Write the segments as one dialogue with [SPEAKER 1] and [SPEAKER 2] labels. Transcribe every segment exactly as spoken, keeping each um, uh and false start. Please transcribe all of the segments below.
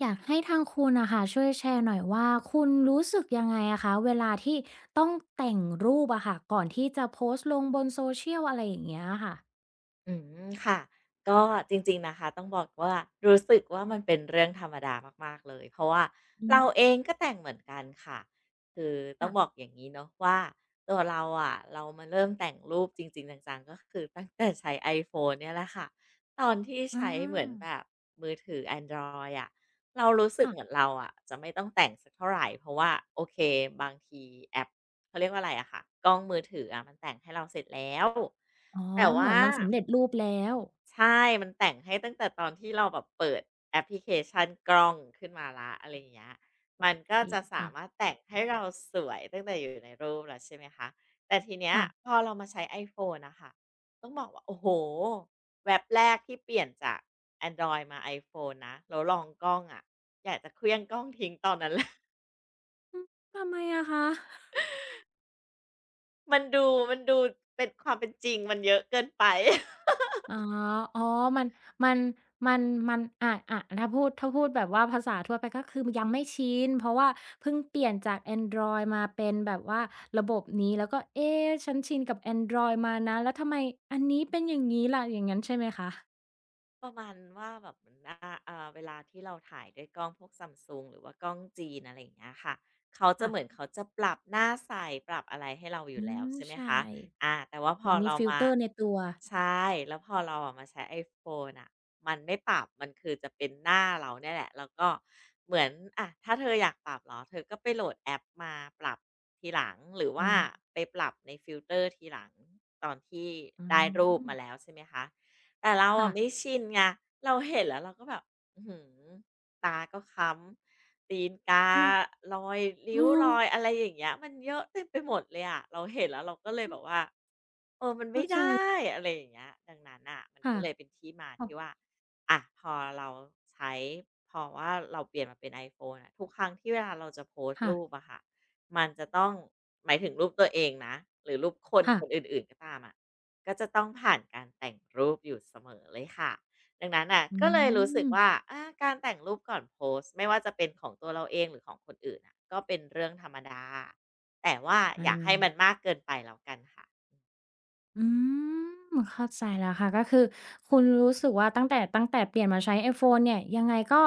[SPEAKER 1] อยากให้ทางคุณนะคะช่วยแชร์หน่อยว่าคุณรู้สึกยังไงอะคะเวลาที่ต้องแต่งรูปอะค่ะก่อนที่จะโพสต์ลงบน social อะไรอย่างเงี้ยะค่ะ
[SPEAKER 2] อืมค่ะก็จริงๆนะคะต้องบอกว่ารู้สึกว่ามันเป็นเรื่องธรรมดามากๆเลยเพราะว่า
[SPEAKER 1] อื
[SPEAKER 2] เราเอ
[SPEAKER 1] ม
[SPEAKER 2] งก็แต่งเหมือนกันค่ะคือต้อ
[SPEAKER 1] ค่ะ
[SPEAKER 2] งบอกอย่างนี้เนาะว่าตัวเราอะเรามาเริ่มแต่งรูปจริงๆจังๆก็คือตั้งแต่ใช้ไอโฟนเนี่ยแหละค่ะตอนที่
[SPEAKER 1] อา
[SPEAKER 2] ใช้เหมือนแบบมือถือแอนดรอยด์อะเรารู้สึกเหมือน
[SPEAKER 1] ค่ะ
[SPEAKER 2] เราอะจะไม่ต้องแต่งสักเท่าไหรเพราะว่าโอเคบางทีแอปเขาเรียกว่าอะไรอะค่ะกล้องมือถืออะมันแต่งให้เราเสร็จแล้ว
[SPEAKER 1] อ๋อ
[SPEAKER 2] แต่
[SPEAKER 1] เหมื
[SPEAKER 2] ว่า
[SPEAKER 1] อนมันสำเร็จรูปแล้ว
[SPEAKER 2] ใช่ มันแต่งให้ตั้งแต่ตอนที่เราแบบเปิดแอปพลิเคชันกล้องขึ้นมาแล้วอะไรอย่างเงี้ย มัน
[SPEAKER 1] โอ
[SPEAKER 2] ก็
[SPEAKER 1] เค
[SPEAKER 2] จะสามาร
[SPEAKER 1] ค่ะ
[SPEAKER 2] ถแต่งให้เราสวยตั้งแต่อยู่ในรูปแล้วใช่ไหมคะ แต่ทีเนี้ย
[SPEAKER 1] ค่ะ
[SPEAKER 2] พอเรามาใช้ iPhone น่ะค่ะต้องบอกว่าโอ้โฮแว็บแรกที่เปลี่ยนจากแอนดรอยด์มา iPhone นะแล้วลองกล้องอะอยากจะเคลี้ยงกล้องทิ้งตอนนั้น แหละ
[SPEAKER 1] ทำไมอะคะ
[SPEAKER 2] มันดูมันดูเป็นความเป็นจริงมันเยอะเกินไป
[SPEAKER 1] อ๋ออ๋อมัน มัน มันมันอะอะถ้าพูดถ้าพูดแบบว่าภาษาทั่วไปก็คือยังไม่ชินเพราะว่าเพิ่งเปลี่ยนจากแอนดรอยด์มาเป็นแบบว่าระบบนี้แล้วก็เอ๊ะฉันชินกับแอนดรอยด์มานะแล้วทำไมอันนี้เป็นอย่างงี้ล่ะอย่างงั้นใช่ไหมคะ
[SPEAKER 2] ประมาณว่าแบบเหมือนว่าเอ่าเวลาที่เราถ่ายด้วยกล้องพวก Samsung หรือว่ากล้องจีนอะไรอย่างเงี้ยค่ะเขาจะ
[SPEAKER 1] ค่ะ
[SPEAKER 2] เหมือนเขาจะปรับหน้าใสปรับอะไรให้เราอ
[SPEAKER 1] อื
[SPEAKER 2] ยู่แล้ว
[SPEAKER 1] ม
[SPEAKER 2] ใช่ไหม
[SPEAKER 1] ใช่
[SPEAKER 2] คะอาแต่ว่าพ
[SPEAKER 1] เหมื
[SPEAKER 2] อ
[SPEAKER 1] อนมี
[SPEAKER 2] เรา
[SPEAKER 1] ฟิล
[SPEAKER 2] มา
[SPEAKER 1] เตอร์ในตัว
[SPEAKER 2] ใช่แล้วพอเราอะมาใช้ไอโฟนน่ะมันไม่ปรับ มันคือจะเป็นหน้าเราเนี่ยแหละแล้วก็เหมือนอะถ้าเธออยากปรับเหรอเธอก็ไปโหลดแอปมาปรับทีหลังหรือ
[SPEAKER 1] อื
[SPEAKER 2] ว่า
[SPEAKER 1] ม
[SPEAKER 2] ไปปรับในฟิลเตอร์ทีหลังตอนที่
[SPEAKER 1] อื
[SPEAKER 2] ได้รูป
[SPEAKER 1] ม
[SPEAKER 2] มาแล้วใช่ไหมคะ แต่เรา
[SPEAKER 1] ค่ะ
[SPEAKER 2] อะไม่ชินไงเราเห็นแล้วเราก็แบบอื้อฮือตาก็ค้ำตีนกา
[SPEAKER 1] เออ
[SPEAKER 2] รอย
[SPEAKER 1] เอ
[SPEAKER 2] ริ้วรอ
[SPEAKER 1] อ
[SPEAKER 2] ยอะไรอย่างเงี้ยมันเยอะเต็มไปหมดเลยอะเราเห็นแล้วเราก็เลย
[SPEAKER 1] อื
[SPEAKER 2] แบ
[SPEAKER 1] ม
[SPEAKER 2] บว่าเออมันไม่
[SPEAKER 1] เข้าใจ
[SPEAKER 2] ได้อะไรอย่างเงี้ยดังนั้นน่ะมันก็
[SPEAKER 1] ค่ะ
[SPEAKER 2] เลยเป็นที่มาที่ว่าอะพอเราใช้พอว่าเราเปลี่ยนมาเป็น iPhone อะทุกครั้งที่เวลาเราจะโพสต์
[SPEAKER 1] ค่ะ
[SPEAKER 2] รูปอะค่ะมันจะต้องหมายถึงรูปตัวเองนะหรือรูปคน
[SPEAKER 1] ค่ะ
[SPEAKER 2] คนอ
[SPEAKER 1] ค่ะ
[SPEAKER 2] ื่นๆก็ตามอะ ก็จะต้องผ่านการแต่งรูปอยู่เสมอเลยค่ะดังนั้นน่ะ
[SPEAKER 1] อื
[SPEAKER 2] ก็เลยรู้สึก
[SPEAKER 1] ม
[SPEAKER 2] ว่าอาการแต่งรูปก่อนโพสต์ไม่ว่าจะเป็นของตัวเราเองหรือของคนอื่นน่ะก็เป็นเรื่องธรรมดาแต่ว่าอ
[SPEAKER 1] อา
[SPEAKER 2] ย่าให้มันมากเกินไปแล้วกันค่ะ
[SPEAKER 1] อืมเข้าใจแล้วค่ะก็คือคุณรู้สึกว่าตั้งแต่ตั้งแต่เปลี่ยนมาใช้ไอโฟนเนี่ยยังไงก็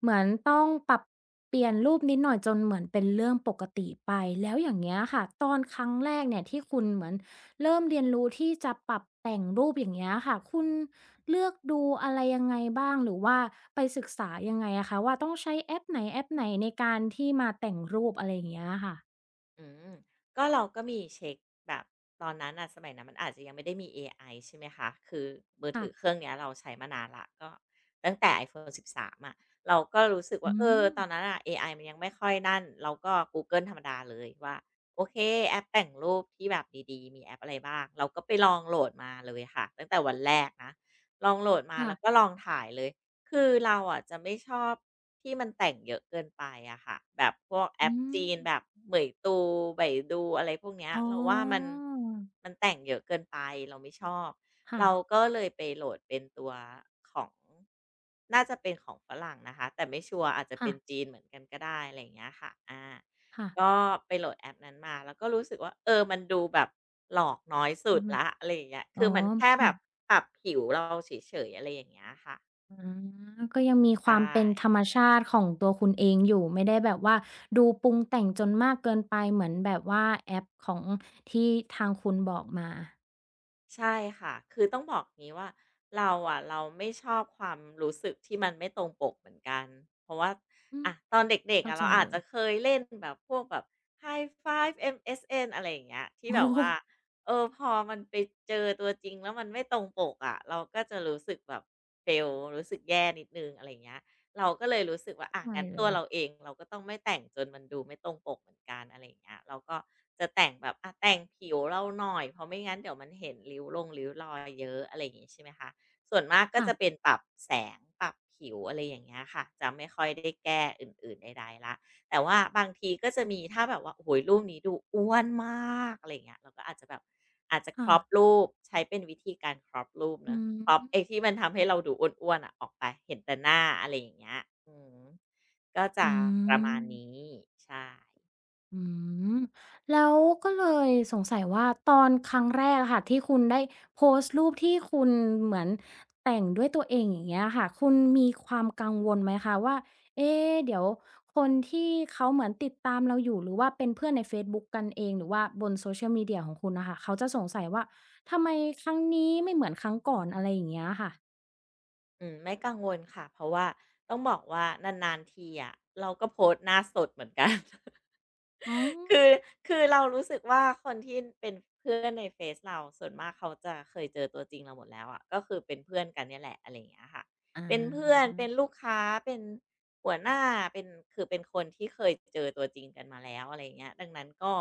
[SPEAKER 1] เหมือนต้องปรับเปลี่ยนรูปนิดหน่อยจนเหมือนเป็นเรื่องปกติไปแล้วอย่างเงี้ยค่ะตอนครั้งแรกเนี่ยที่คุณเหมือนเริ่มเรียนรู้ที่จะปรับแต่งรูปอย่างเงี้ยค่ะคุณเลือกดูอะไรยังไงบ้างหรือว่าไปศึกษายังไงอะคะว่าต้องใช้แอปไหนแอปไหนในการที่มาแต่งรูปอะไรอย่างเงี้ยค่ะ
[SPEAKER 2] อืมก็เราก็มีเช็คแบบตอนนั้นอ่ะสมัยนั้นมันอาจจะยังไม่ได้มีเอไอใช่ไหมคะคือมือ
[SPEAKER 1] ค่ะ
[SPEAKER 2] ถือเครื่องเนี้ยเราใช้มานานละก็ตั้งแต่ iPhone สิบสามอะเราก็รู้สึกว่า
[SPEAKER 1] อื
[SPEAKER 2] เออ
[SPEAKER 1] ม
[SPEAKER 2] ตอนนั้นอ่ะเอไอมันยังไม่ค่อยนั่นเราก็กูเกิลธรรมดาเลยว่าโอเคแอปแต่งรูปที่แบบดีๆมีแอปอะไรบ้างเราก็ไปลองโหลดมาเลยค่ะตั้งแต่วันแรกนะลองโหลดมาแล้วก็
[SPEAKER 1] ค่ะ
[SPEAKER 2] ลองถ่ายเลย คือเราอ่ะจะไม่ชอบที่มันแต่งเยอะเกินไปอะค่ะแบบพวกแอ
[SPEAKER 1] อื
[SPEAKER 2] ป
[SPEAKER 1] ม
[SPEAKER 2] จีนแบบเหมยตูไบดูอะไรพวกเนี้ย
[SPEAKER 1] อ๋อ
[SPEAKER 2] เราว่ามันมันแต่งเยอะเกินไปเราไม่ชอบ
[SPEAKER 1] ค่ะ
[SPEAKER 2] เราก็เลยไปโหลดเป็นตัวของน่าจะเป็นของฝรั่งนะคะแต่ไม่ชัวร์อาจจะ
[SPEAKER 1] ค่ะ
[SPEAKER 2] เป็นจีนเหมือนกันก็ได้อะไรอย่างเงี้ยค่ะอา
[SPEAKER 1] ค่ะ
[SPEAKER 2] ก็ไปโหลดแอปนั้นมาแล้วก็รู้สึกว่าเออมันดูแบบหลอกน้อยสุ
[SPEAKER 1] อื
[SPEAKER 2] ด
[SPEAKER 1] อฮึ
[SPEAKER 2] ละอะไรอย่างเงี้ย
[SPEAKER 1] อ๋
[SPEAKER 2] คื
[SPEAKER 1] อ
[SPEAKER 2] อมันแค่
[SPEAKER 1] เห
[SPEAKER 2] แบ
[SPEAKER 1] มื
[SPEAKER 2] บ
[SPEAKER 1] อน
[SPEAKER 2] ปรับผิวเราเฉยๆอะไรอย่างเงี้ยค่ะ
[SPEAKER 1] อาก็ยังมีค
[SPEAKER 2] ใช่
[SPEAKER 1] วามเป็นธรรมชาติของตัวคุณเองอยู่ไม่ได้แบบว่าดูปรุงแต่งจนมากเกินไปเหมือนแบบว่าแอปของที่ทางคุณบอกมา
[SPEAKER 2] ใช่ค่ะคือต้องบอกงี้ว่าเราอะเราไม่ชอบความรู้สึกที่มันไม่ตรงปกเหมือนกันเพราะว่า
[SPEAKER 1] อืม
[SPEAKER 2] อะตอนเด็กๆ
[SPEAKER 1] เข้า
[SPEAKER 2] อะ
[SPEAKER 1] ใจ
[SPEAKER 2] เราอา
[SPEAKER 1] เล
[SPEAKER 2] จ
[SPEAKER 1] ย
[SPEAKER 2] จะเคยเล่นแบบพวกแบบ High Five เอ็ม เอส เอ็น อะไรอย่างเงี้ยที่
[SPEAKER 1] โอ้
[SPEAKER 2] แบบ
[SPEAKER 1] โฮ
[SPEAKER 2] ว่าเออพอมันไปเจอตัวจริงแล้วมันไม่ตรงปกอะเราก็จะรู้สึกแบบ fail รู้สึกแย่นิดหนึ่งอะไรอย่างเงี้ย เราก็เลยรู้สึกว่าอ่า
[SPEAKER 1] เข้า
[SPEAKER 2] งั้
[SPEAKER 1] ใจ
[SPEAKER 2] น
[SPEAKER 1] เล
[SPEAKER 2] ตัว
[SPEAKER 1] ย
[SPEAKER 2] เราเองเราก็ต้องไม่แต่งจนมันดูไม่ตรงปกเหมือนกันอะไรอย่างเงี้ยเราก็จะแต่งแบบอ่ะแต่งผิวเราหน่อยเพราะไม่งั้นเดี๋ยวมันเห็นริ้วลงริ้วรอยเยอะอะไรอย่างงี้ใช่ไหมคะส่วนมากก็
[SPEAKER 1] ค่ะ
[SPEAKER 2] จะเป็นปรับแสงปรับผิวอะไรอย่างเงี้ยค่ะจะไม่ค่อยได้แก้อื่นๆใดๆละ แต่ว่าบางทีก็จะมีถ้าแบบว่าโอ้โหรูปนี้ดูอ้วนมากอะไรเงี้ยเราก็อาจจะแบบอาจจะคร
[SPEAKER 1] ค่ะ
[SPEAKER 2] อปรูปใช้เป็นวิธีการครอปรูป
[SPEAKER 1] อื
[SPEAKER 2] เนอะคร o ปไอ้
[SPEAKER 1] ม
[SPEAKER 2] ที่มันทำให้เราดูอ้วนๆอะออกไปเห็นแต่หน้าอะไรอย่างเงี้ยอืมก็
[SPEAKER 1] อื
[SPEAKER 2] จะประมาณนี้
[SPEAKER 1] ม
[SPEAKER 2] ใช่
[SPEAKER 1] อืมแล้วก็เลยสงสัยว่าตอนครั้งแรกอะค่ะที่คุณได้โพสต์รูปที่คุณเหมือนแต่งด้วยตัวเองอย่างเงี้ยค่ะคุณมีความกังวลไหมคะว่าเอ๊ะเดี๋ยวคนที่เขาเหมือนติดตามเราอยู่หรือว่าเป็นเพื่อนในเฟซบุ๊กกันเองหรือว่าบน Social Media ของคุณนะคะเขาจะสงสัยว่าทำไมครั้งนี้ไม่เหมือนครั้งก่อนอะไรอย่างเงี้ยค่ะ
[SPEAKER 2] อืมไม่กังวลค่ะเพราะว่าต้องบอกว่านานๆทีอะเราก็โพสต์หน้าสดเหมือนกัน
[SPEAKER 1] อ๋อ
[SPEAKER 2] คือคือเรารู้สึกว่าคนที่เป็นเพื่อนในเฟซเราส่วนมากเขาจะเคยเจอตัวจริงเราหมดแล้วอะก็คือเป็นเพื่อนกันเนี่ยแหละอะไรอย่างเงี้ยค่ะ
[SPEAKER 1] อ
[SPEAKER 2] เป็นเพื่อ
[SPEAKER 1] า
[SPEAKER 2] นเป็นลูกค้าเป็นหัวหน้าเป็นคือเป็นคนที่เคยเจอตัวจริงกันมาแล้วอะไรอย่างเงี้ยดังนั้นก็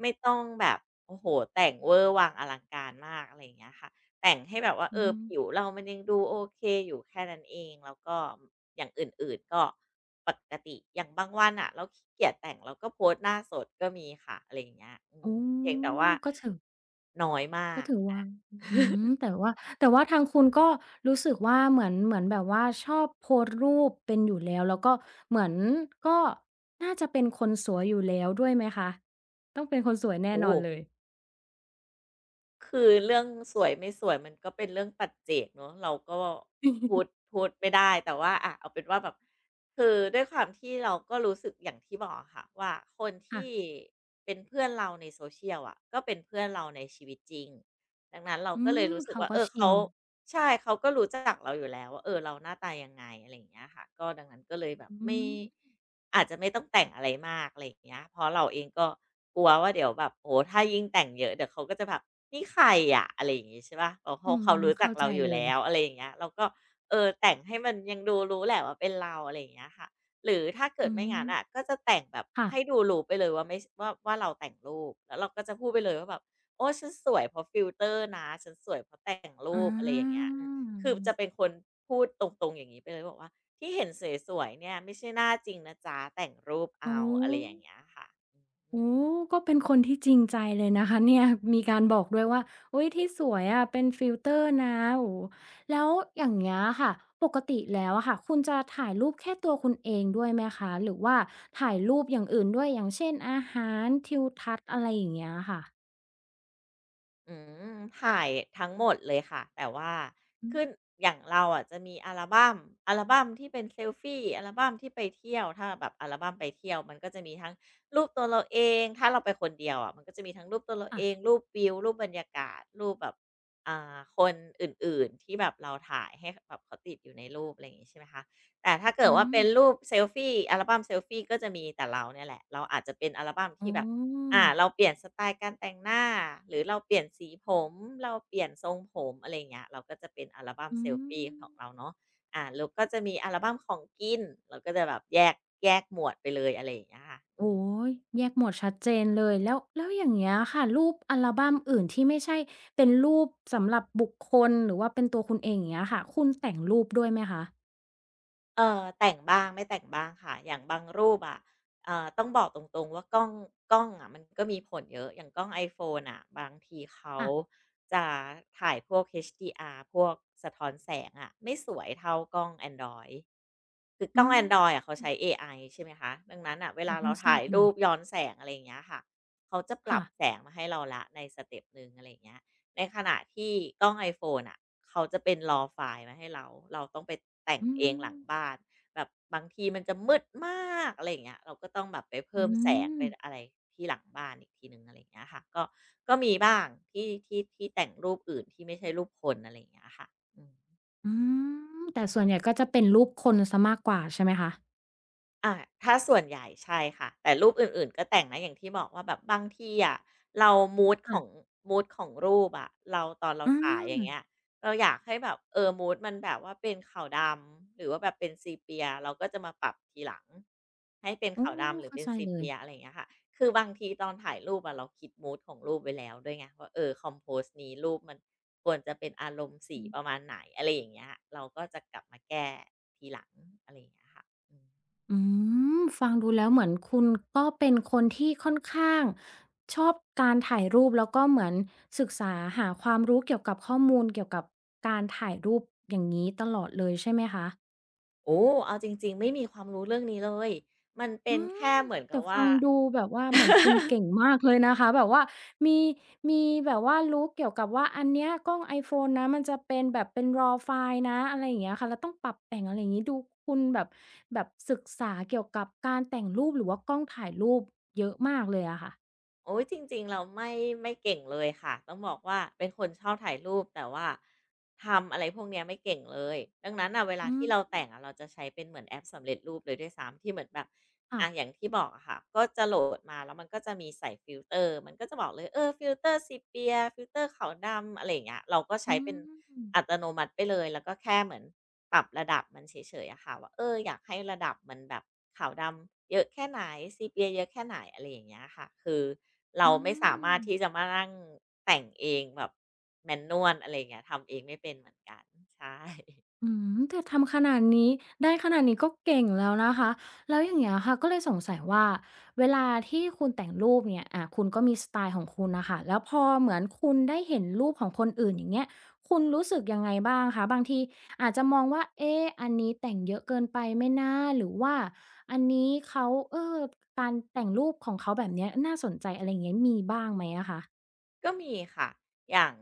[SPEAKER 2] ไม่ต้องแบบโอ้โฮแต่งเวอร์วังอลังการมากอะไรอย่างเงี้ยค่ะแต่งให้แบบว่าเอ
[SPEAKER 1] อื
[SPEAKER 2] อผิว
[SPEAKER 1] ม
[SPEAKER 2] เรามันยังดูโอเคอยู่แค่นั้นเองแล้วก็ อย่างอื่นๆก็ปกติอย่างบางวันนะเราขี้เกียจแต่งเราก็โพสต์หน้าสดก็มีค่ะอะไรอย่างเงี้ยอืม
[SPEAKER 1] โอ้
[SPEAKER 2] เพียงแต่ว่า
[SPEAKER 1] อก็ถือ
[SPEAKER 2] น้อยมา
[SPEAKER 1] ก็
[SPEAKER 2] ก
[SPEAKER 1] ถือ
[SPEAKER 2] อะ
[SPEAKER 1] ว่าอืม แต่ว่า แต่ว่าทางคุณก็รู้สึกว่าเหมือนเหมือนแบบว่าชอบโพสต์รูปเป็นอยู่แล้ว แล้วก็เหมือนก็น่าจะเป็นคนสวยอยู่แล้วด้วยไหมคะ ต้องเป็นคนสวยแน่
[SPEAKER 2] โอ้
[SPEAKER 1] นอนเลย
[SPEAKER 2] คือเรื่องสวยไม่สวยมันก็เป็นเรื่องปัจเจกเนาะเราก็พูด พูดไม่ได้แต่ว่าอะเอาเป็นว่าแบบคือด้วยความที่เราก็รู้สึกอย่างที่บอกอะค่ะว่าคน
[SPEAKER 1] ค่ะ
[SPEAKER 2] ที่เป็นเพื่อนเราใน social อะก็เป็นเพื่อนเราในชีวิตจริงดังนั้นเรา
[SPEAKER 1] อื
[SPEAKER 2] ก็เลย
[SPEAKER 1] ม
[SPEAKER 2] รู้สึก
[SPEAKER 1] เขา
[SPEAKER 2] ว่าเอ
[SPEAKER 1] ก็
[SPEAKER 2] อ
[SPEAKER 1] ชิ
[SPEAKER 2] เขา
[SPEAKER 1] น
[SPEAKER 2] ใช่เขาก็รู้จักเราอยู่แล้วว่าเออเราหน้าตายังไงอะไรอย่างเงี้ยค่ะก็ดังนั้นก็เลยแบบ
[SPEAKER 1] อื
[SPEAKER 2] ไม่
[SPEAKER 1] ม
[SPEAKER 2] อาจจะไม่ต้องแต่งอะไรมากอะไรอย่างเงี้ยเพราะเราเองก็กลัวว่าเดี๋ยวแบบโอ้โฮถ้ายิ่งแต่งเยอะเดี๋ยวเขาก็จะแบบนี่ใครอะอะไรอย่างงี้ใช่เปล่าเพราะ
[SPEAKER 1] อื
[SPEAKER 2] เขา
[SPEAKER 1] ม
[SPEAKER 2] เขารู้จัก
[SPEAKER 1] เข้าใจ
[SPEAKER 2] เราอยู่
[SPEAKER 1] เลย
[SPEAKER 2] แล้วอะไรอย่างเงี้ยเราก็เออแต่งให้มันยังดูรู้แหละว่าเป็นเราอะไรอย่างเงี้ยค่ะหรือถ้าเกิ
[SPEAKER 1] อื
[SPEAKER 2] ดไม่
[SPEAKER 1] ม
[SPEAKER 2] งั้นอะก็จะแต่งแบบ
[SPEAKER 1] ค่ะ
[SPEAKER 2] ให้ดูรู้ไปเลยว่าไม่ชว่าว่าเราแต่งรูปแล้วเราก็จะพูดไปเลยว่าแบบ โอ้ฉันสวยเพราะฟิลเตอร์นะฉันสวยเพราะแต่งรู
[SPEAKER 1] อา
[SPEAKER 2] ปอะไรอย่างเงี้ยเออคือจะเป็นคนพูดตรงๆอย่างนี้ไปเลยบอกว่าที่เห็นสวยๆเนี่ยไม่ใช่หน้าจริงนะจ๊ะแต่งรูปเอา
[SPEAKER 1] โอ้
[SPEAKER 2] อะไรอย่างเงี้ยค่ะ
[SPEAKER 1] โอ้ก็เป็นคนที่จริงใจเลยนะคะเนี่ยมีการบอกด้วยว่าอุ๊ยที่สวยอะเป็นฟิลเตอร์นะโอ้แล้วอย่างเงี้ยค่ะปกติแล้วอะค่ะคุณจะถ่ายรูปแค่ตัวคุณเองด้วยไหมคะหรือว่าถ่ายรูปอย่างอื่นด้วยอย่างเช่นอาหารทิวทัศน์อะไรอย่างเงี้ยค่ะ
[SPEAKER 2] อืมถ่ายทั้งหมดเลยค่ะแต่ว่า
[SPEAKER 1] อืม
[SPEAKER 2] คืออย่างเราอ่ะจะมีอัลบัมอัลบัมที่เป็นเซลฟีอัลบัมที่ไปเที่ยวถ้าแบบอัลบัมไปเที่ยวมันก็จะมีทั้งรูปตัวเราเองถ้าเราไปคนเดียวอะมันก็จะมีทั้งรูปตัวเรา
[SPEAKER 1] ค่ะ
[SPEAKER 2] เองรูปวิวรูปบรรยากาศรูปแบบอ่าคนอื่นๆที่แบบเราถ่ายให้แบบเขาติดอยู่ในรูปอะไรอย่างงี้ใช่ไหมคะแต่ถ้าเกิด
[SPEAKER 1] อื
[SPEAKER 2] ว่า
[SPEAKER 1] ม
[SPEAKER 2] เป็นรูปเซลฟีอัลบัมเซลฟีก็จะมีแต่เราเนี่ยแหละเราอาจจะเป็นอัลบัม
[SPEAKER 1] อ๋
[SPEAKER 2] ที่แบบ
[SPEAKER 1] อ
[SPEAKER 2] อ่าเราเปลี่ยนสไตล์การแต่งหน้าหรือเราเปลี่ยนสีผมเราเปลี่ยนทรงผมอะไรอย่างเงี้ยเราก็จะเป็นอัลบัม
[SPEAKER 1] อื
[SPEAKER 2] เซลฟี
[SPEAKER 1] ม
[SPEAKER 2] ของเราเนาะอ่าแล้วก็จะมีอัลบัมของกินเราก็จะแบบแยกแยกหมวดไปเลยอะไรอย่างเงี้ยค่ะอื
[SPEAKER 1] โอ๊
[SPEAKER 2] ม
[SPEAKER 1] ยแยกหมวดชัดเจนเลยแล้วแล้วอย่างเงี้ยค่ะรูปอัลบัมอื่นที่ไม่ใช่เป็นรูปสำหรับบุคคลหรือว่าเป็นตัวคุณเองอย่างเงี้ยค่ะคุณแต่งรูปด้วยไหมคะ
[SPEAKER 2] เออแต่งบ้างไม่แต่งบ้างค่ะอย่างบางรูปอะเอ่อต้องบอกตรงๆว่ากล้องกล้องอะมันก็มีผลเยอะอย่างกล้อง i อโฟ n e ่ะบางทีเขา
[SPEAKER 1] ค่ะ
[SPEAKER 2] จะถ่ายพวก เอช ดี อาร์ พวกสะท้อนแสงอะไม่สวยเท่ากล้องแอนดรอยด์คือก
[SPEAKER 1] อื
[SPEAKER 2] ล้องแอนดรอยด์
[SPEAKER 1] ม
[SPEAKER 2] อะเขาใช้เอไอใช่ไหมคะดังนั้นอ่ะเว
[SPEAKER 1] อ๋
[SPEAKER 2] ลา
[SPEAKER 1] เพิ่
[SPEAKER 2] เรา
[SPEAKER 1] งทรา
[SPEAKER 2] ถ่า
[SPEAKER 1] บ
[SPEAKER 2] ย
[SPEAKER 1] เล
[SPEAKER 2] รู
[SPEAKER 1] ย
[SPEAKER 2] ปย้อนแสงอะไรอย่างเงี้ยค่ะเขาจะปรั
[SPEAKER 1] ค่ะ
[SPEAKER 2] บแสงมาให้เราละในสเต็ปหนึ่งอะไรอย่างเงี้ย ในขณะที่กล้อง iPhone อะเขาจะเป็น รอว์ ไฟล์มาให้เราเราต้องไปแต่ง
[SPEAKER 1] อื
[SPEAKER 2] เองห
[SPEAKER 1] ม
[SPEAKER 2] ลังบ้านแบบบางทีมันจะมืดมากอะไรอย่างเงี้ยเราก็ต้องแบบไป
[SPEAKER 1] อื
[SPEAKER 2] เพิ่มแสงไป
[SPEAKER 1] ม
[SPEAKER 2] อะไรที่หลังบ้านอีกทีหนึ่งอะไรอย่างเงี้ยค่ะก็ก็มีบ้างที่ที่ที่แต่งรูปอื่นที่ไม่ใช่รูปคนอะไรอย่างเงี้ยค่ะอืม
[SPEAKER 1] อืมแต่ส่วนใหญ่ก็จะเป็นรูปคนซสมากกว่าใช่ไหมคะ
[SPEAKER 2] อ่ะถ้าส่วนใหญ่ใช่ค่ะแต่รูปอื่นๆก็แต่งนะอย่างที่บอกว่าแบบบางทีอะเรามูดของ
[SPEAKER 1] ค่ะ
[SPEAKER 2] มูดของรูปอะเราตอนเรา
[SPEAKER 1] อื
[SPEAKER 2] ถ่ายอ
[SPEAKER 1] ม
[SPEAKER 2] ย่างเงี้ยเราอยากให้แบบเออมูดมันแบบว่าเป็นขาวดำหรือว่าแบบเป็นซีเปียเราก็จะมาปรับทีหลังให้เป็น
[SPEAKER 1] โอ้
[SPEAKER 2] ขาวดำหรือ
[SPEAKER 1] เข้า
[SPEAKER 2] เป็น
[SPEAKER 1] ใจ
[SPEAKER 2] ซี
[SPEAKER 1] เลย
[SPEAKER 2] เปียอะไรอย่างเงี้ยค่ะคือบางทีตอนถ่ายรูปอะเราคิดมูดของรูปไว้แล้วด้วยไงว่าเออคอมโพสนี้รูปมันควรจะเป็นอารมณ์สีประมาณไหนอะไรอย่างเงี้ยเราก็จะกลับมาแก้ทีหลังอะไรอย่างเงี้ยค่ะอืม
[SPEAKER 1] อืมฟังดูแล้วเหมือนคุณก็เป็นคนที่ค่อนข้างชอบการถ่ายรูปแล้วก็เหมือนศึกษาหาความรู้เกี่ยวกับข้อมูลเกี่ยวกับการถ่ายรูปอย่างนี้ตลอดเลยใช่ไหมคะ
[SPEAKER 2] โอ้เอาจริงๆไม่มีความรู้เรื่องนี้เลย มันเป็
[SPEAKER 1] อื
[SPEAKER 2] น
[SPEAKER 1] ม
[SPEAKER 2] แค่เหมือน
[SPEAKER 1] แต่
[SPEAKER 2] กับว่า
[SPEAKER 1] ฟังดูแบบว่าเหมือ นคุณเก่งมากเลยนะคะแบบว่ามีมีแบบว่ารู้เกี่ยวกับว่าอันเนี้ยกล้อง iPhone นะมันจะเป็นแบบเป็น RAW ไฟล์นะอะไรอย่างเงี้ยค่ะแล้วต้องปรับแต่งอะไรอย่างงี้ดูคุณแบบแบบศึกษาเกี่ยวกับการแต่งรูปหรือว่ากล้องถ่ายรูปเยอะมากเลยอะค่ะ
[SPEAKER 2] โอ้ยจริงๆเราไม่ไม่เก่งเลยค่ะต้องบอกว่าเป็นคนชอบถ่ายรูปแต่ว่าทำอะไรพวกเนี้ยไม่เก่งเลยดังนั้นอ่ะเวลา
[SPEAKER 1] อื
[SPEAKER 2] ที่
[SPEAKER 1] ม
[SPEAKER 2] เราแต่งอะเราจะใช้เป็นเหมือนแอปสำเร็จรูปเลยด้วยซ้ำที่เหมือนแบบ
[SPEAKER 1] ค่ะ
[SPEAKER 2] อาอย่างที่บอกอะค่ะก็จะโหลดมาแล้วมันก็จะมีใส่ฟิลเตอร์มันก็จะบอกเลยเออฟิลเตอร์ซีเปียฟิลเตอร์ขาวดำอะไรอย่างเงี้ยเราก็
[SPEAKER 1] อื
[SPEAKER 2] ใช้เป็น
[SPEAKER 1] ม
[SPEAKER 2] อัตโนมัติไปเลยแล้วก็แค่เหมือนปรับระดับมันเฉยๆอะค่ะว่าเอออยากให้ระดับมันแบบขาวดำเยอะแค่ไหนซีเปียเยอะแค่ไหนอะไรอย่างเงี้ยค่ะคือเรา
[SPEAKER 1] อื
[SPEAKER 2] ไม่สามา
[SPEAKER 1] ม
[SPEAKER 2] รถที่จะมานั่งแต่งเองแบบแมนนวลอะไรอย่างเงี้ยทำเองไม่เป็นเหมือนกันใช่
[SPEAKER 1] อืมแต่ทำขนาดนี้ได้ขนาดนี้ก็เก่งแล้วนะคะแล้วอย่างเงี้ยค่ะก็เลยสงสัยว่าเวลาที่คุณแต่งรูปเนี่ยอ่าคุณก็มีสไตล์ของคุณน่ะค่ะแล้วพอเหมือนคุณได้เห็นรูปของคนอื่นอย่างเงี้ยคุณรู้สึกยังไงบ้างคะบางทีอาจจะมองว่าเอ๊ะอันนี้แต่งเยอะเกินไปไหมนะหรือว่าอันนี้เขาเออการแต่งรูปของเขาแบบเนี้ยน่าสนใจอะไรอย่างเงี้ยมีบ้างไหมอะคะ
[SPEAKER 2] ก็มีค่ะ อย่าง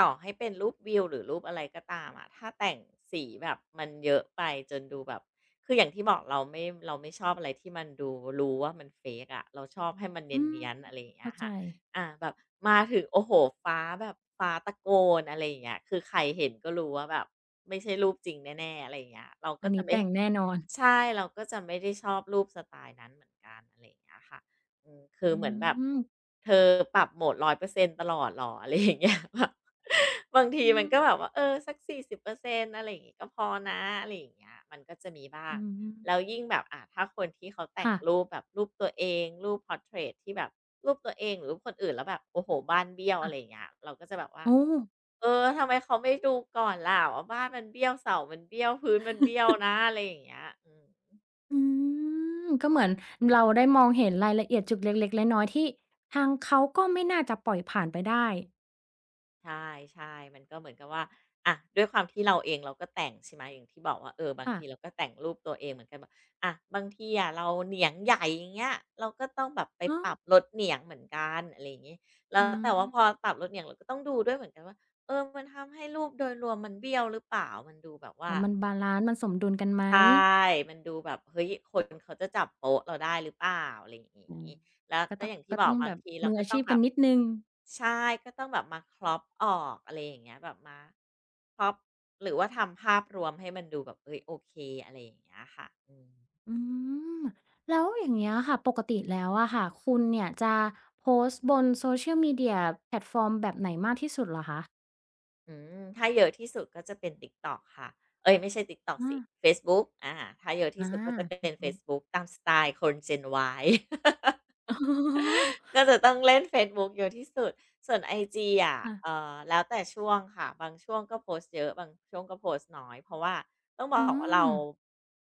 [SPEAKER 2] ต่อให้เป็นรูปวิวหรือรูปอะไรก็ตามอะถ้าแต่งสีแบบมันเยอะไปจนดูแบบ คืออย่างที่บอกเราไม่เราไม่ชอบอะไรที่มันดูรู้ว่ามัน fake อะเราชอบให้มันเ
[SPEAKER 1] อืม
[SPEAKER 2] นียนๆอะไรอย่างเงี้
[SPEAKER 1] เข้า
[SPEAKER 2] ย
[SPEAKER 1] ใจ
[SPEAKER 2] ค่ะอ่าแบบมาถึงโอ้โหฟ้าแบบฟ้าตะโกนอะไรอย่างเงี้ยคือใครเห็นก็รู้ว่าแบบไม่ใช่รูปจริงแน่ๆอะไรอย่างเงี้ยเรา
[SPEAKER 1] อั
[SPEAKER 2] ก็
[SPEAKER 1] น
[SPEAKER 2] จะ
[SPEAKER 1] นี้
[SPEAKER 2] ไม่
[SPEAKER 1] แต่งแน่นอน
[SPEAKER 2] ใช่เราก็จะไม่ได้ชอบรูปสไตล์นั้นเหมือนกันอะไรอย่างเงี้ยค่ะ อืมคือ
[SPEAKER 1] อื
[SPEAKER 2] เหมือนแบบ
[SPEAKER 1] ม
[SPEAKER 2] เธอปรับโหมดหนึ่งร้อยเปอร์เซ็นต์ตลอดหรออะไรอย่างเงี้ย แบบบางที
[SPEAKER 1] อื
[SPEAKER 2] มัน
[SPEAKER 1] ม
[SPEAKER 2] ก็แบบว่าเออสักสี่สิบเปอร์เซ็นอะไรอย่างงี้ก็พอนะอะไรอย่างเงี้ยมันก็จะมีบ้าง
[SPEAKER 1] อืม
[SPEAKER 2] แล้วยิ่งแบบอ่ะถ้าคนที่เขาแต่ง
[SPEAKER 1] ค่ะ
[SPEAKER 2] รูปแบบรูปตัวเองรูปพอร์เทรตที่แบบรูปตัวเองหรือรูปคนอื่นแล้วแบบโอ้โหบ้านเบี้ยวอะไรอย่า
[SPEAKER 1] ค่ะ
[SPEAKER 2] งเงี้ยเราก็จะแบบว่า
[SPEAKER 1] โอ้
[SPEAKER 2] เออทำไมเขาไม่ดูก่อนล่ะว่าบ้านมันเบี้ยวเสามันเบี้ยวพื้นมันเบี้ยวนะอะไรอย่างเงี้ยอืม
[SPEAKER 1] อืมก็เหมือนเราได้มองเห็นรายละเอียดจุดเล็กๆน้อยๆที่ทางเขาก็ไม่น่าจะปล่อยผ่านไปได้
[SPEAKER 2] ใช่ใช่มันก็เหมือนกับว่าอะด้วยความที่เราเองเราก็แต่งใช่ไหมอย่างที่บอกว่าเออบาง
[SPEAKER 1] ค่ะ
[SPEAKER 2] ทีเราก็แต่งรูปตัวเองเหมือนกันแบบอะบางทีอะเราเหนียงใหญ่อย่างเงี้ยเราก็ต้องแบบไป
[SPEAKER 1] อ๋อ
[SPEAKER 2] ปรับลดเหนียงเหมือนกันอะไรอย่างเงี้ยแล้ว
[SPEAKER 1] อา
[SPEAKER 2] แต่ว่าพอปรับลดเหนียงเราก็ต้องดูด้วยเหมือนกันว่าเออมันทำให้รูปโดยรวมมันเบี้ยวหรือเปล่ามันดูแบบ
[SPEAKER 1] อ๋
[SPEAKER 2] ว่า
[SPEAKER 1] อมันบาลันซ์มันสมดุลกันไหม
[SPEAKER 2] ใช่มันดูแบบเฮ้ย คนเขาจะจับโป๊ะเราได้หรือเปล่าอะไรอย่าง
[SPEAKER 1] อืม
[SPEAKER 2] งี้แล้ว
[SPEAKER 1] ก็
[SPEAKER 2] ก็
[SPEAKER 1] ต้อง
[SPEAKER 2] อย่างที่
[SPEAKER 1] ก็
[SPEAKER 2] บอ
[SPEAKER 1] ต้
[SPEAKER 2] ก
[SPEAKER 1] อง
[SPEAKER 2] บา
[SPEAKER 1] แบ
[SPEAKER 2] ง
[SPEAKER 1] บ
[SPEAKER 2] ทีเรา
[SPEAKER 1] มือ
[SPEAKER 2] ก็
[SPEAKER 1] อา
[SPEAKER 2] ต้
[SPEAKER 1] ชี
[SPEAKER 2] อง
[SPEAKER 1] พ
[SPEAKER 2] แบ
[SPEAKER 1] กัน
[SPEAKER 2] บ
[SPEAKER 1] นิดหนึ่ง
[SPEAKER 2] ใช่ ก็ต้องแบบมา crop ออกอะไรอย่างเงี้ยแบบมา crop หรือว่าทำภาพรวมให้มันดูแบบเฮ้ยโอเคอะไรอย่างเงี้ยค่ะอืม
[SPEAKER 1] อืม แล้วอย่างเงี้ยค่ะ ปกติแล้วอะค่ะคุณเนี่ยจะโพสต์บน Social Media แพลตฟอร์มแบบไหนมากที่สุดเหรอคะ
[SPEAKER 2] อืมถ้าเยอะที่สุดก็จะเป็น TikTok ค่ะ เอ๊ยไม่ใช่ TikTok
[SPEAKER 1] อา
[SPEAKER 2] สิเฟซบุ๊กอาถ้าเยอะที่
[SPEAKER 1] อา
[SPEAKER 2] สุดก็จะ
[SPEAKER 1] เฟ
[SPEAKER 2] เป็น
[SPEAKER 1] ซ
[SPEAKER 2] เฟ
[SPEAKER 1] บุ๊ก
[SPEAKER 2] ซบุ๊กตามสไตล์คน Gen Y
[SPEAKER 1] อ๋อ
[SPEAKER 2] ก็จะต้องเล่นเฟซบุ๊กเยอะที่สุดส่วนไอจีอะ
[SPEAKER 1] ค่ะ
[SPEAKER 2] เอ่อแล้วแต่ช่วงค่ะบางช่วงก็โพสต์เยอะบางช่วงก็โพสต์น้อยเพราะว่าต้องบ
[SPEAKER 1] อื
[SPEAKER 2] อกว่าเรา
[SPEAKER 1] ม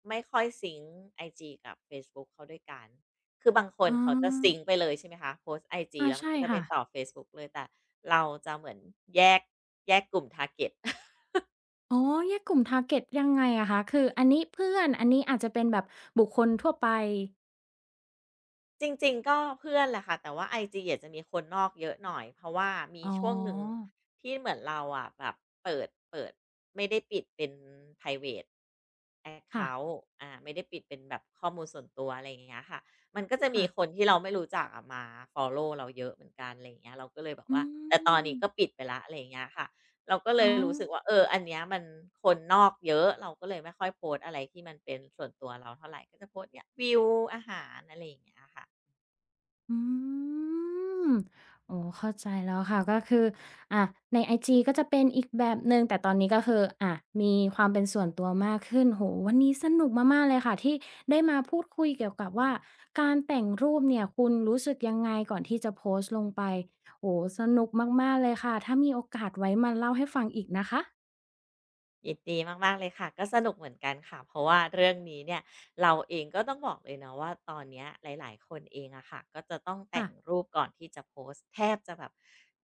[SPEAKER 2] ไม่ค่อยซิงก์ไอจีกับเฟซบุ๊กเข้าด้วยกันคือบางคน
[SPEAKER 1] อ๋
[SPEAKER 2] เขาจะซิง
[SPEAKER 1] อ
[SPEAKER 2] ก์ไปเลยใช่ไหมคะโพสต์ไอจี
[SPEAKER 1] อา
[SPEAKER 2] แล้วมัน
[SPEAKER 1] ใช่
[SPEAKER 2] ก็จะไป
[SPEAKER 1] ค่ะ
[SPEAKER 2] ต่อเฟซบุ๊กเลยแต่เราจะเหมือนแยกแยกกลุ่ม target
[SPEAKER 1] อ๋อแยกกลุ่มทาร์เก็ตยังไงอะคะ คืออันนี้เพื่อน อันนี้อาจจะเป็นแบบบุคคลทั่วไป
[SPEAKER 2] จริงๆก็เพื่อนแหละค่ะแต่ว่าไอจีอาจจะมีคนนอกเยอะหน่อยเพราะว่ามี
[SPEAKER 1] อ๋
[SPEAKER 2] ช่วงหนึ่ง
[SPEAKER 1] อ
[SPEAKER 2] ที่เหมือนเราอะแบบเปิดเปิดไม่ได้ปิดเป็นไพรเวตแอ็ก
[SPEAKER 1] ค่
[SPEAKER 2] เคานต์อาไม่ได้ปิดเป็นแบบข้อมูลส่วนตัวอะไรอย่างเงี้ยค่ะมันก็จะมี
[SPEAKER 1] ะๆ
[SPEAKER 2] คนที่เราไม่รู้จักอะมาฟอลโลว์เราเยอะเหมือนกันอะไรอย่างเงี้ยเราก็เลยแบบ
[SPEAKER 1] อื
[SPEAKER 2] ว่าแต่ตอน
[SPEAKER 1] ม
[SPEAKER 2] นี้ก็ปิดไปแล้วอะไรอย่างเงี้ยค่ะเราก็เล
[SPEAKER 1] อ๋อ
[SPEAKER 2] ยรู้สึกว่าเอออันเนี้ยมันคนนอกเยอะเราก็เลยไม่ค่อยโพสต์อะไรที่มันเป็นส่วนตัวเราเท่าไรก็จะโพสต์เนี่ยวิวอาหารอะไรอย่างเงี้ยค่ะ
[SPEAKER 1] อืมโอ้เข้าใจแล้วค่ะก็คืออ่ะในไอจีก็จะเป็นอีกแบบหนึ่งแต่ตอนนี้ก็คืออ่ามีความเป็นส่วนตัวมากขึ้นโอ้โฮวันนี้สนุกมากๆเลยค่ะที่ได้มาพูดคุยเกี่ยวกับว่าการแต่งรูปเนี่ยคุณรู้สึกยังไงก่อนที่จะโพสต์ลงไปโอ้โฮสนุกมากๆเลยค่ะถ้ามีโอกาสไว้มาเล่าให้ฟังอีกนะคะ
[SPEAKER 2] ยินดีมากๆเลยค่ะก็สนุกเหมือนกันค่ะเพราะว่าเรื่องนี้เนี่ยเราเองก็ต้องบอกเลยเนาะว่าตอนเนี้ยหลายๆคนเองอะค่ะก็จะต้องแต่
[SPEAKER 1] ค่ะ
[SPEAKER 2] งรูปก่อนที่จะโพสต์แทบจะแบบ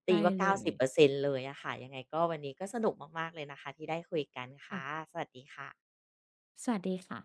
[SPEAKER 2] ตี
[SPEAKER 1] ได้
[SPEAKER 2] ว่า
[SPEAKER 1] เลย
[SPEAKER 2] เก้าสิบเปอร์เซ็นต์เลยอะค่ะยังไงก็วันนี้ก็สนุกมากๆเลยนะคะที่ได้คุยกัน
[SPEAKER 1] ค่ะ
[SPEAKER 2] ค่ะสวัสดีค่ะ
[SPEAKER 1] สวัสดีค่ะ